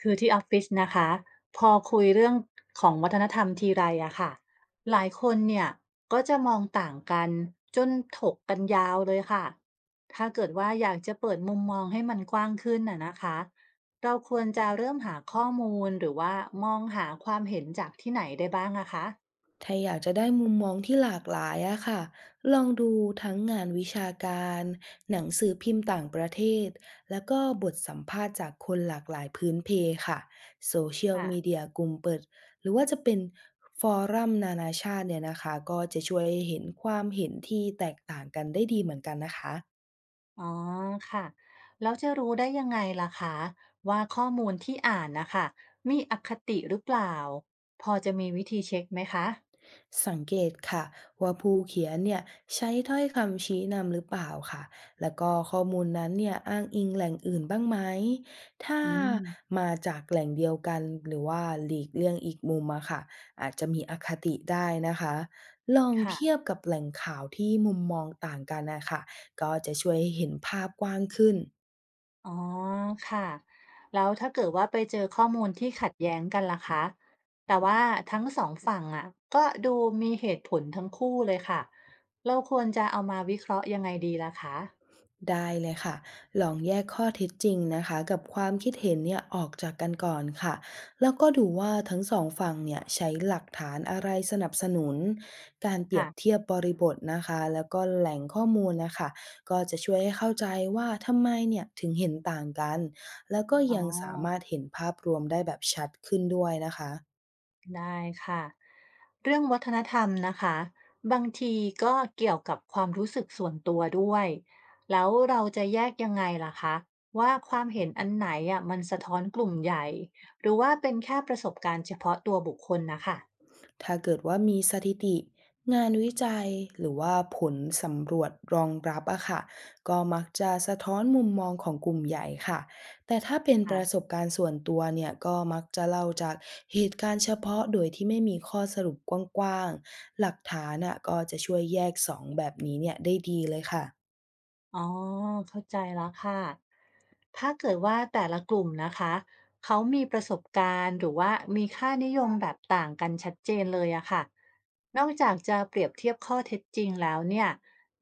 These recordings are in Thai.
คือที่ออฟฟิศนะคะพอคุยเรื่องของวัฒนธรรมทีไรอะค่ะหลายคนเนี่ยก็จะมองต่างกันจนถกกันยาวเลยค่ะถ้าเกิดว่าอยากจะเปิดมุมมองให้มันกว้างขึ้นน่ะนะคะเราควรจะเริ่มหาข้อมูลหรือว่ามองหาความเห็นจากที่ไหนได้บ้างอะคะถ้าอยากจะได้มุมมองที่หลากหลายอะค่ะ ลองดูทั้งงานวิชาการ หนังสือพิมพ์ต่างประเทศ แล้วก็บทสัมภาษณ์จากคนหลากหลายพื้นเพค่ะโซเชียลค่ะมีเดียกลุ่มเปิด หรือว่าจะเป็นฟอรัมนานาชาติเนี่ยนะคะ ก็จะช่วยให้เห็นความเห็นที่แตกต่างกันได้ดีเหมือนกันนะคะ อ๋อค่ะแล้วจะรู้ได้ยังไงล่ะคะว่าข้อมูลที่อ่านนะคะมีอคติหรือเปล่าพอจะมีวิธีเช็คไหมคะสังเกตค่ะว่าผู้เขียนเนี่ยใช้ถ้อยคำชี้นำหรือเปล่าค่ะแล้วก็ข้อมูลนั้นเนี่ยอ้างอิงแหล่งอื่นบ้างไหมถ้าอืม มาจากแหล่งเดียวกันหรือว่าหลีกเลี่ยงอีกมุมอะค่ะอาจจะมีอคติได้นะคะลองเทียค่ะบกับแหล่งข่าวที่มุมมองต่างกันนะคะก็จะช่วยให้เห็นภาพกว้างขึ้น อ๋อค่ะแล้วถ้าเกิดว่าไปเจอข้อมูลที่ขัดแย้งกันล่ะคะแต่ว่าทั้งสองฝั่งอ่ะก็ดูมีเหตุผลทั้งคู่เลยค่ะเราควรจะเอามาวิเคราะห์ยังไงดีล่ะคะได้เลยค่ะลองแยกข้อเท็จจริงนะคะกับความคิดเห็นเนี่ยออกจากกันก่อนค่ะแล้วก็ดูว่าทั้งสองฝั่งเนี่ยใช้หลักฐานอะไรสนับสนุนการเปรียค่ะบเทียบบริบทนะคะแล้วก็แหล่งข้อมูลนะคะก็จะช่วยให้เข้าใจว่าทำไมเนี่ยถึงเห็นต่างกันแล้วก็อ๋อยังสามารถเห็นภาพรวมได้แบบชัดขึ้นด้วยนะคะ ได้ค่ะ เรื่องวัฒนธรรมนะคะบางทีก็เกี่ยวกับความรู้สึกส่วนตัวด้วยแล้วเราจะแยกยังไงล่ะคะว่าความเห็นอันไหนอ่ะมันสะท้อนกลุ่มใหญ่หรือว่าเป็นแค่ประสบการณ์เฉพาะตัวบุคคลนะคะถ้าเกิดว่ามีสถิติงานวิจัยหรือว่าผลสำรวจรองรับอะค่ะก็มักจะสะท้อนมุมมองของกลุ่มใหญ่ค่ะแต่ถ้าเป็นปอ่ะ ระสบการณ์ส่วนตัวเนี่ยก็มักจะเล่าจากเหตุการณ์เฉพาะโดยที่ไม่มีข้อสรุปกว้างๆหลักฐานอะก็จะช่วยแยกสองแบบนี้เนี่ยได้ดีเลยค่ะ อ๋อเข้าใจแล้วค่ะ ถ้าเกิดว่าแต่ละกลุ่มนะคะเขามีประสบการณ์หรือว่ามีค่านิยมแบบต่างกันชัดเจนเลยอะค่ะ นอกจากจะเปรียบเทียบข้อเท็จจริงแล้วเนี่ย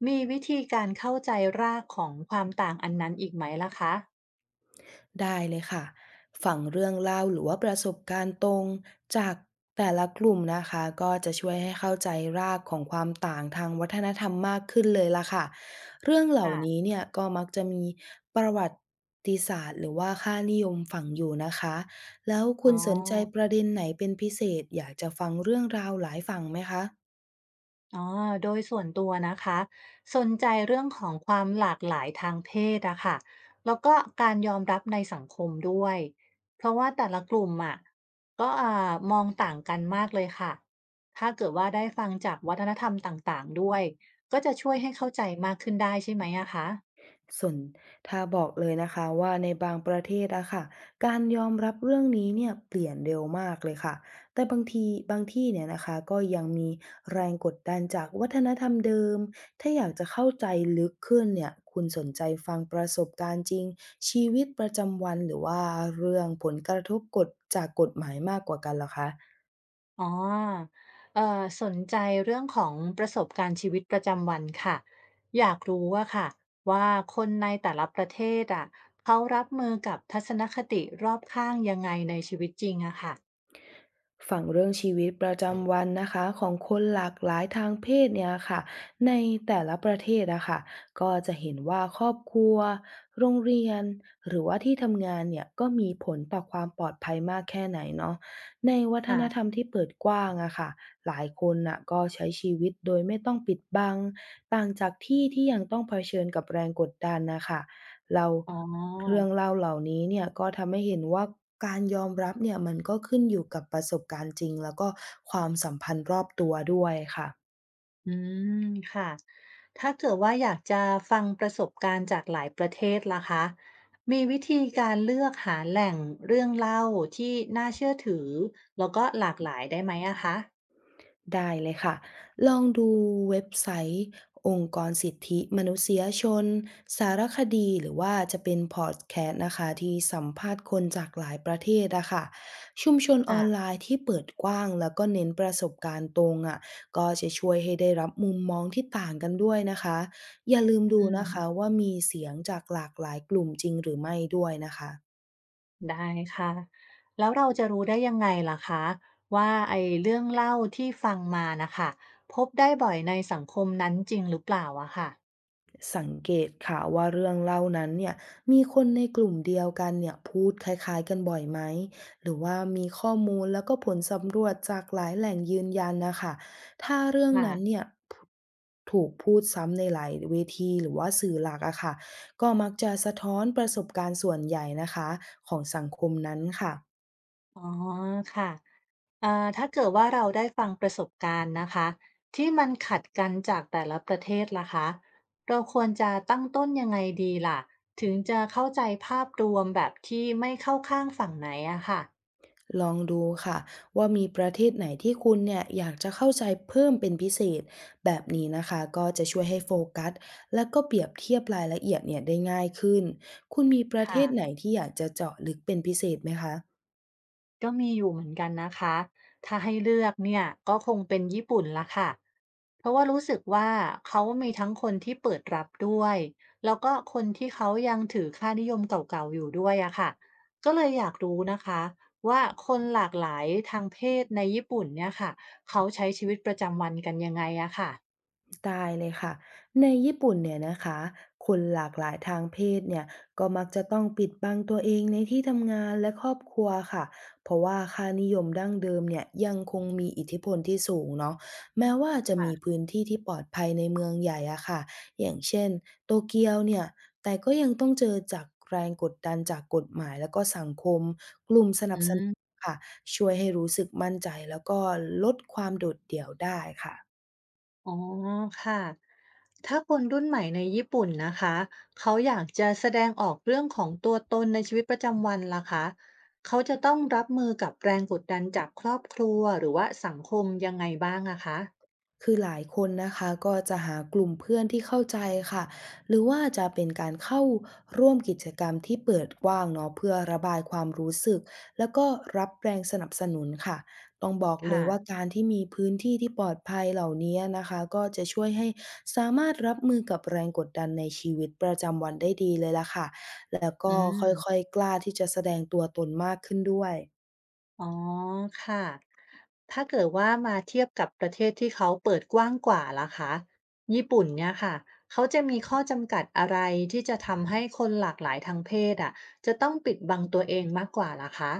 มีวิธีการเข้าใจรากของความต่างอันนั้นอีกไหมล่ะคะได้เลยค่ะฟังเรื่องเล่าหรือว่าประสบการณ์ตรงจากแต่ละกลุ่มนะคะก็จะช่วยให้เข้าใจรากของความต่างทางวัฒนธรรมมากขึ้นเลยล่ะค่ะเรื่องเหล่านี้ค่ะเนี่ยก็มักจะมีประวัติศาสตร์หรือว่าค่านิยมฝังอยู่นะคะแล้วอ๋คุอ ณสนใจประเด็นไหนเป็นพิเศษอยากจะฟังเรื่องราวหลายฝั่งไหมคะ อ๋อโดยส่วนตัวนะคะ สนใจเรื่องของความหลากหลายทางเพศอะค่ะแล้วก็การยอมรับในสังคมด้วย เพราะว่าแต่ละกลุ่มอะก็มองต่างกันมากเลยค่ะ ถ้าเกิดว่าได้ฟังจากวัฒนธรรมต่างๆด้วย ก็จะช่วยให้เข้าใจมากขึ้นได้ใช่ไหมอะคะ ส่วนถ้าบอกเลยนะคะว่าในบางประเทศอะค่ะการยอมรับเรื่องนี้เนี่ยเปลี่ยนเร็วมากเลยค่ะแต่บางทีบางที่เนี่ยนะคะก็ยังมีแรงกดดันจากวัฒนธรรมเดิมถ้าอยากจะเข้าใจลึกขึ้นเนี่ยคุณสนใจฟังประสบการณ์จริงชีวิตประจำวันหรือว่าเรื่องผลกระทบกฎจากกฎหมายมากกว่ากันเหรอคะ อ๋อเอ่อสนใจเรื่องของประสบการณ์ชีวิตประจำวันค่ะ อยากรู้ว่าค่ะว่าคนในแต่ละประเทศอะเขารับมือกับทัศนคติรอบข้างยังไงในชีวิตจริงอะค่ะฝั่งเรื่องชีวิตประจำวันนะคะของคนหลากหลายทางเพศเนี่ยค่ะในแต่ละประเทศอะค่ะก็จะเห็นว่าครอบครัวโรงเรียนหรือว่าที่ทำงานเนี่ยก็มีผลต่อความปลอดภัยมากแค่ไหนเนาะในวัฒค่ะนธรรมที่เปิดกว้างอะค่ะหลายคนน่ะก็ใช้ชีวิตโดยไม่ต้องปิดบังต่างจากที่ที่ยังต้องเผชิญกับแรงกดดันนะคะ เราอ๋เรื่อองเล่าเหล่านี้เนี่ยก็ทำให้เห็นว่าการยอมรับเนี่ยมันก็ขึ้นอยู่กับประสบการณ์จริงแล้วก็ความสัมพันธ์รอบตัวด้วยค่ะ อืมค่ะถ้าเกิดว่าอยากจะฟังประสบการณ์จากหลายประเทศล่ะคะมีวิธีการเลือกหาแหล่งเรื่องเล่าที่น่าเชื่อถือแล้วก็หลากหลายได้ไหมอะคะได้เลยค่ะ ลองดูเว็บไซต์องค์กรสิทธิมนุษยชนสารคดีหรือว่าจะเป็นพอดแคสต์นะคะที่สัมภาษณ์คนจากหลายประเทศอะค่ะชุมชนออนไลค่ะน์ที่เปิดกว้างแล้วก็เน้นประสบการณ์ตรงอะก็จะช่วยให้ได้รับมุมมองที่ต่างกันด้วยนะคะอย่าลืมดูอืนะคะม ว่ามีเสียงจากหลากหลายกลุ่มจริงหรือไม่ด้วยนะคะ ได้ค่ะแล้วเราจะรู้ได้ยังไงล่ะคะว่าไอ้เรื่องเล่าที่ฟังมานะคะพบได้บ่อยในสังคมนั้นจริงหรือเปล่าอะค่ะสังเกตค่ะว่าเรื่องเล่านั้นเนี่ยมีคนในกลุ่มเดียวกันเนี่ยพูดคล้ายๆกันบ่อยไหมหรือว่ามีข้อมูลแล้วก็ผลสำรวจจากหลายแหล่งยืนยันนะคะถ้าเรื่องนั้นค่ะเนี่ยูถูกพูดซ้ำในหลายเวทีหรือว่าสื่อหลักอะค่ะก็มักจะสะท้อนประสบการณ์ส่วนใหญ่นะคะของสังคมนั้นค่ะ อ๋อค่ะถ้าเกิดว่าเราได้ฟังประสบการณ์นะคะที่มันขัดกันจากแต่ละประเทศล่ะคะเราควรจะตั้งต้นยังไงดีล่ะถึงจะเข้าใจภาพรวมแบบที่ไม่เข้าข้างฝั่งไหนอะค่ะลองดูค่ะว่ามีประเทศไหนที่คุณเนี่ยอยากจะเข้าใจเพิ่มเป็นพิเศษแบบนี้นะคะก็จะช่วยให้โฟกัสและก็เปรียบเทียบรายละเอียดเนี่ยได้ง่ายขึ้นคุณมีประเทค่ะ ศไหนที่อยากจะเจาะลึกเป็นพิเศษไหมคะ ก็มีอยู่เหมือนกันนะคะ ถ้าให้เลือกเนี่ยก็คงเป็นญี่ปุ่นละค่ะเพราะว่ารู้สึกว่าเขามีทั้งคนที่เปิดรับด้วย แล้วก็คนที่เขายังถือค่านิยมเก่าๆอยู่ด้วยอะค่ะก็เลยอยากรู้นะคะว่าคนหลากหลายทางเพศในญี่ปุ่นเนี่ยค่ะเขาใช้ชีวิตประจำวันกันยังไงอะค่ะได้เลยค่ะในญี่ปุ่นเนี่ยนะคะคนหลากหลายทางเพศเนี่ยก็มักจะต้องปิดบังตัวเองในที่ทำงานและครอบครัวค่ะเพราะว่าค่านิยมดั้งเดิมเนี่ยยังคงมีอิทธิพลที่สูงเนาะแม้ว่าจะมีค่ะพื้นที่ที่ปลอดภัยในเมืองใหญ่อะค่ะอย่างเช่นโตเกียวเนี่ยแต่ก็ยังต้องเจอจากแรงกดดันจากกฎหมายแล้วก็สังคมกลุ่มสนับสนุนอืม ค่ะช่วยให้รู้สึกมั่นใจแล้วก็ลดความโดดเดี่ยวได้ค่ะ อ๋อค่ะถ้าคนรุ่นใหม่ในญี่ปุ่นนะคะเขาอยากจะแสดงออกเรื่องของตัวตนในชีวิตประจำวันล่ะคะเขาจะต้องรับมือกับแรงกดดันจากครอบครัวหรือว่าสังคมยังไงบ้างอะคะคือหลายคนนะคะก็จะหากลุ่มเพื่อนที่เข้าใจค่ะหรือว่าจะเป็นการเข้าร่วมกิจกรรมที่เปิดกว้างเนาะเพื่อระบายความรู้สึกแล้วก็รับแรงสนับสนุนค่ะต้องบอกเลยว่าค่ะการที่มีพื้นที่ที่ปลอดภัยเหล่านี้นะคะก็จะช่วยให้สามารถรับมือกับแรงกดดันในชีวิตประจำวันได้ดีเลยล่ะค่ะแล้วอืก็ค่อยมๆกล้าที่จะแสดงตัวตนมากขึ้นด้วย อ๋อค่ะถ้าเกิดว่ามาเทียบกับประเทศที่เขาเปิดกว้างกว่าล่ะคะญี่ปุ่นเนี่ยค่ะเขาจะมีข้อจำกัดอะไรที่จะทำให้คนหลากหลายทางเพศอะจะต้องปิดบังตัวเองมากกว่าล่ะคะ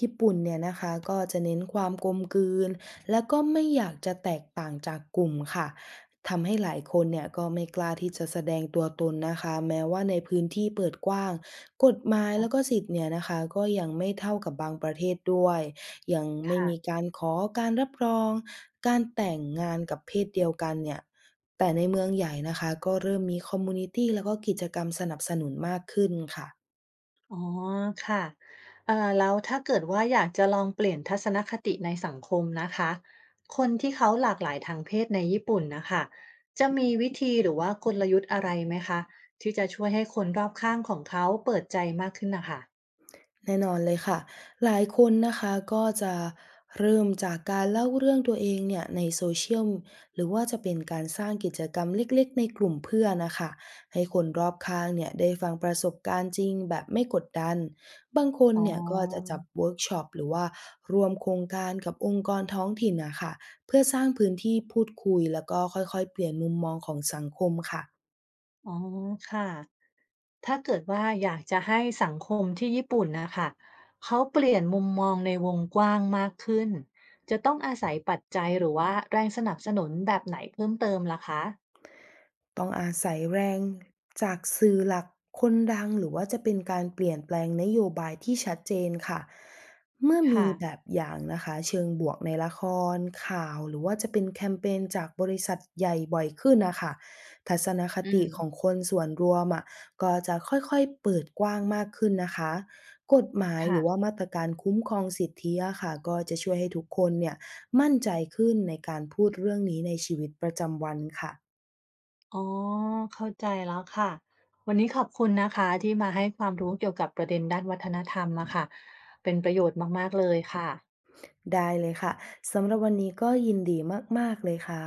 ญี่ปุ่นเนี่ยนะคะก็จะเน้นความกลมกลืนและก็ไม่อยากจะแตกต่างจากกลุ่มค่ะทำให้หลายคนเนี่ยก็ไม่กล้าที่จะแสดงตัวตนนะคะแม้ว่าในพื้นที่เปิดกว้างกฎหมายแล้วก็สิทธิ์เนี่ยนะคะก็ยังไม่เท่ากับบางประเทศด้วยยังไม่ค่ะมีการขอการรับรองการแต่งงานกับเพศเดียวกันเนี่ยแต่ในเมืองใหญ่นะคะก็เริ่มมีคอมมูนิตี้แล้วก็กิจกรรมสนับสนุนมากขึ้นค่ะ อ๋อค่ะแล้วถ้าเกิดว่าอยากจะลองเปลี่ยนทัศนคติในสังคมนะคะคนที่เขาหลากหลายทางเพศในญี่ปุ่นนะคะจะมีวิธีหรือว่ากลยุทธ์อะไรไหมคะที่จะช่วยให้คนรอบข้างของเขาเปิดใจมากขึ้นนะคะแน่นอนเลยค่ะหลายคนนะคะก็จะเริ่มจากการเล่าเรื่องตัวเองเนี่ยในโซเชียลหรือว่าจะเป็นการสร้างกิจกรรมเล็กๆในกลุ่มเพื่อนนะคะให้คนรอบข้างเนี่ยได้ฟังประสบการณ์จริงแบบไม่กดดันบางคนอ๋อเนี่ยก็จะจับเวิร์กช็อปหรือว่ารวมโครงการกับองค์กรท้องถิ่นนะคะเพื่อสร้างพื้นที่พูดคุยแล้วก็ค่อยๆเปลี่ยนมุมมองของสังคมค่ะ อ๋อค่ะถ้าเกิดว่าอยากจะให้สังคมที่ญี่ปุ่นนะคะเขาเปลี่ยนมุมมองในวงกว้างมากขึ้นจะต้องอาศัยปัจจัยหรือว่าแรงสนับสนุนแบบไหนเพิ่มเติมล่ะคะ ต้องอาศัยแรงจากสื่อหลักคนดังหรือว่าจะเป็นการเปลี่ยนแปลงนโยบายที่ชัดเจนค่ะเมื่อมีค่ะ แบบอย่างนะคะเชิงบวกในละครข่าวหรือว่าจะเป็นแคมเปญจากบริษัทใหญ่บ่อยขึ้นนะคะทัศนคอืม ติของคนส่วนรวมอะก็จะค่อยๆเปิดกว้างมากขึ้นนะคะกฎหมายหค่ะ รือว่ามาตรการคุ้มครองสิทธิอะค่ะก็จะช่วยให้ทุกคนเนี่ยมั่นใจขึ้นในการพูดเรื่องนี้ในชีวิตประจำวันค่ะ อ๋อ เข้าใจแล้วค่ะ วันนี้ขอบคุณนะคะที่มาให้ความรู้เกี่ยวกับประเด็นด้านวัฒนธรรมอะค่ะ เป็นประโยชน์มากๆเลยค่ะได้เลยค่ะสำหรับวันนี้ก็ยินดีมากๆเลยค่ะ